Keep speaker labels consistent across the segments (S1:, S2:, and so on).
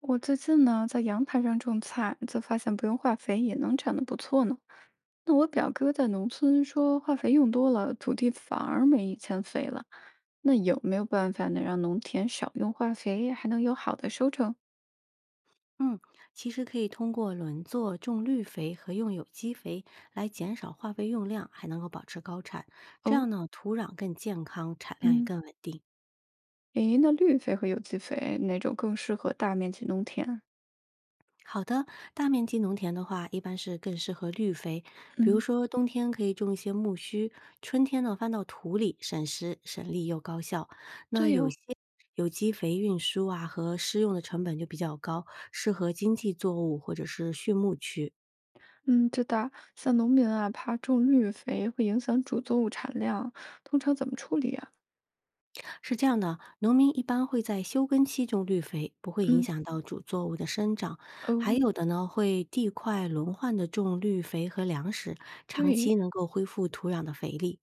S1: 我最近呢，在阳台上种菜，就发现不用化肥也能长得不错呢。那我表哥在农村说，化肥用多了，土地反而没以前肥了。那有没有办法能让农田少用化肥，还能有好的收成？
S2: 嗯，其实可以通过轮作、种绿肥和用有机肥来减少化肥用量，还能够保持高产。这
S1: 哦。
S2: 样呢，土壤更健康，产量也
S1: 嗯。
S2: 更稳定。
S1: 诶，那绿肥和有机肥哪种更适合大面积农田？
S2: 好的，大面积农田的话，一般是更适合绿肥，比如
S1: 嗯。
S2: 说冬天可以种一些苜蓿，春天呢翻到土里，省时省力又高效。那
S1: 对
S2: 有
S1: 哦。
S2: 些有机肥运输啊和施用的成本就比较高，适合经济作物或者是畜牧区。
S1: 嗯，知道。像农民啊，怕种绿肥会影响主作物产量，通常怎么处理啊？
S2: 是这样的，农民一般会在休耕期种绿肥，不会影
S1: 嗯。
S2: 响到主作物的生长。还
S1: 哦。
S2: 有的呢，会地块轮换的种绿肥和粮食，长期
S1: 对。
S2: 能够恢复土壤的肥力。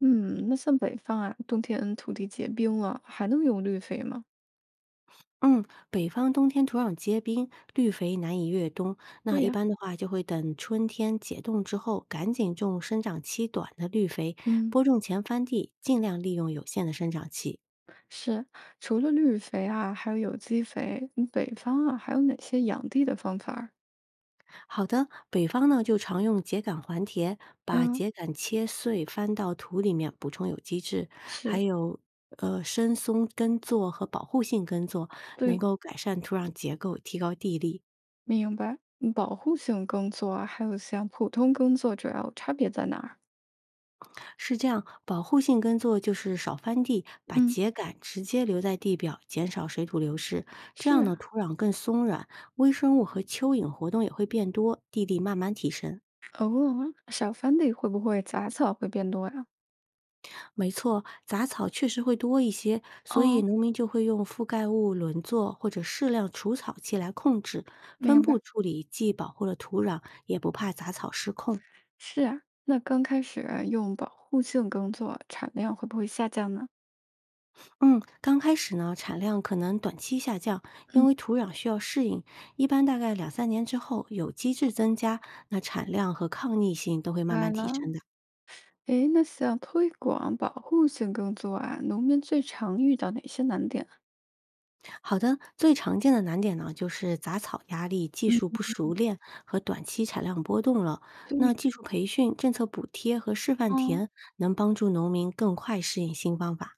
S1: 嗯，那像北方啊，冬天土地结冰了，还能用绿肥吗？
S2: 嗯，北方冬天土壤结冰，绿肥难以越冬。那
S1: 对
S2: 一
S1: 呀。
S2: 般的话，就会等春天解冻之后，赶紧种生长期短的绿肥，
S1: 嗯。
S2: 播种前翻地，尽量利用有限的生长期。
S1: 是，除了绿肥啊，还有有机肥，嗯北方啊，还有哪些养地的方法儿？
S2: 好的，北方呢就常用秸秆还田，把
S1: 嗯。
S2: 秸秆切碎翻到土里面补充有机质，还
S1: 是。
S2: 有深松耕作和保护性耕作，能
S1: 对。
S2: 够改善土壤结构，提高地力。
S1: 明白。嗯保护性耕作啊，还有像普通耕作，主要差别在哪儿？
S2: 是这样，保护性耕作就是少翻地，把
S1: 嗯。
S2: 秸秆直接留在地表，减少水土流失。这
S1: 是
S2: 样
S1: 啊。
S2: 呢，土壤更松软，微生物和蚯蚓活动也会变多，地力慢慢提升。
S1: 哦，小翻地会不会杂草会变多呀？
S2: 没错，杂草确实会多一些，所以
S1: 哦。
S2: 农民就会用覆盖物轮作或者适量除草剂来控制分
S1: 明
S2: 布
S1: 白。
S2: 处理，既保护了土壤，也不怕杂草失控。
S1: 是啊，那刚开始啊用保护性耕作，产量会不会下降呢？
S2: 嗯，刚开始呢，产量可能短期下降，因
S1: 嗯。
S2: 为土壤需要适应。一般大概2-3年之后，有机质增加，那产量和抗逆性都会慢
S1: 来
S2: 慢提
S1: 了。
S2: 升的。
S1: 诶，那像推广保护性耕作啊，农民最常遇到哪些难点啊？
S2: 好的，最常见的难点呢，就是杂草压力、技术
S1: 嗯。
S2: 不熟练和短期产量波动了。
S1: 对。
S2: 那技术培训、政策补贴和示范
S1: 嗯，
S2: 田能帮助农民更快适应新方法。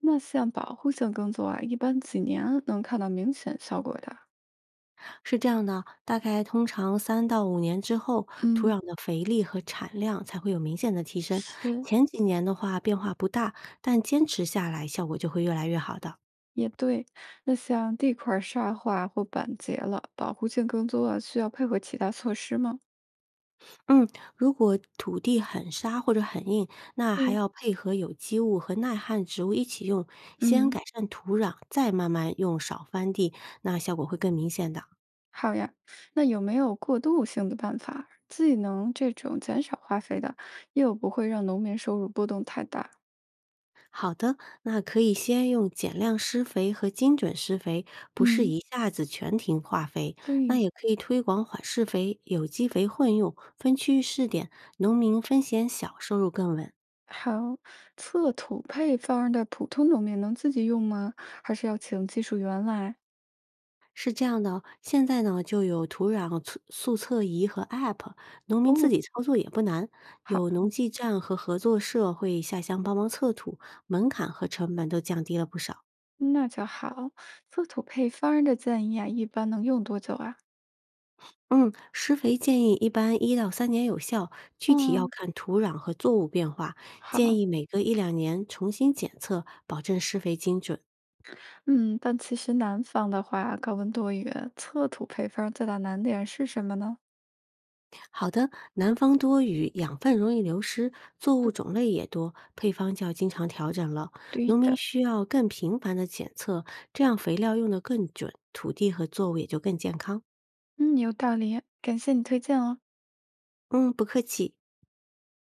S1: 那像保护性耕作啊，一般几年能看到明显效果的？
S2: 是这样的，大概通常3到5年之后，土
S1: 嗯。
S2: 壤的肥力和产量才会有明显的提升。
S1: 是。
S2: 前几年的话变化不大，但坚持下来效果就会越来越好的。
S1: 也对。那像地块儿沙化或板结了，保护性耕作啊需要配合其他措施吗？
S2: 嗯，如果土地很沙或者很硬，那还
S1: 对。
S2: 要配合有机物和耐旱植物一起用，先
S1: 嗯。
S2: 改善土壤，再慢慢用少翻地，那效果会更明显的。
S1: 好呀。那有没有过渡性的办法，既能这种减少花费的，又不会让农民收入波动太大？
S2: 好的，那可以先用减量施肥和精准施肥，不是
S1: 嗯。
S2: 一下子全停化肥。那
S1: 对。
S2: 也可以推广缓释肥、有机肥混用，分区域试点，农民风险小，收入更稳。
S1: 好，测土配方儿的普通农民能自己用吗？还是要请技术员来？
S2: 是这样的哦，现在呢就有土壤测速测仪和 App，农民自
S1: 哦。
S2: 己操作也不难。
S1: 好。
S2: 有农技站和合作社会下乡帮忙测土，门槛和成本都降低了不少。
S1: 那就好。测土配方儿的建议啊，一般能用多久啊？
S2: 嗯，施肥建议一般1到3年有效，具体要
S1: 嗯。
S2: 看土壤和作物变化，
S1: 好。
S2: 建议每隔1-2年重新检测，保证施肥精准。
S1: 嗯，但其实南方的话，高温多雨，测土配方儿最大难点是什么呢？
S2: 好的，南方多雨，养分容易流失，作物
S1: 嗯
S2: 种类也多，配方就要经常调整了。
S1: 对
S2: 农民
S1: 的。
S2: 需要更频繁的检测，这样肥料用得更准，土地和作物也就更健康。
S1: 嗯，有道理，感谢你推荐哦。
S2: 嗯，不客气。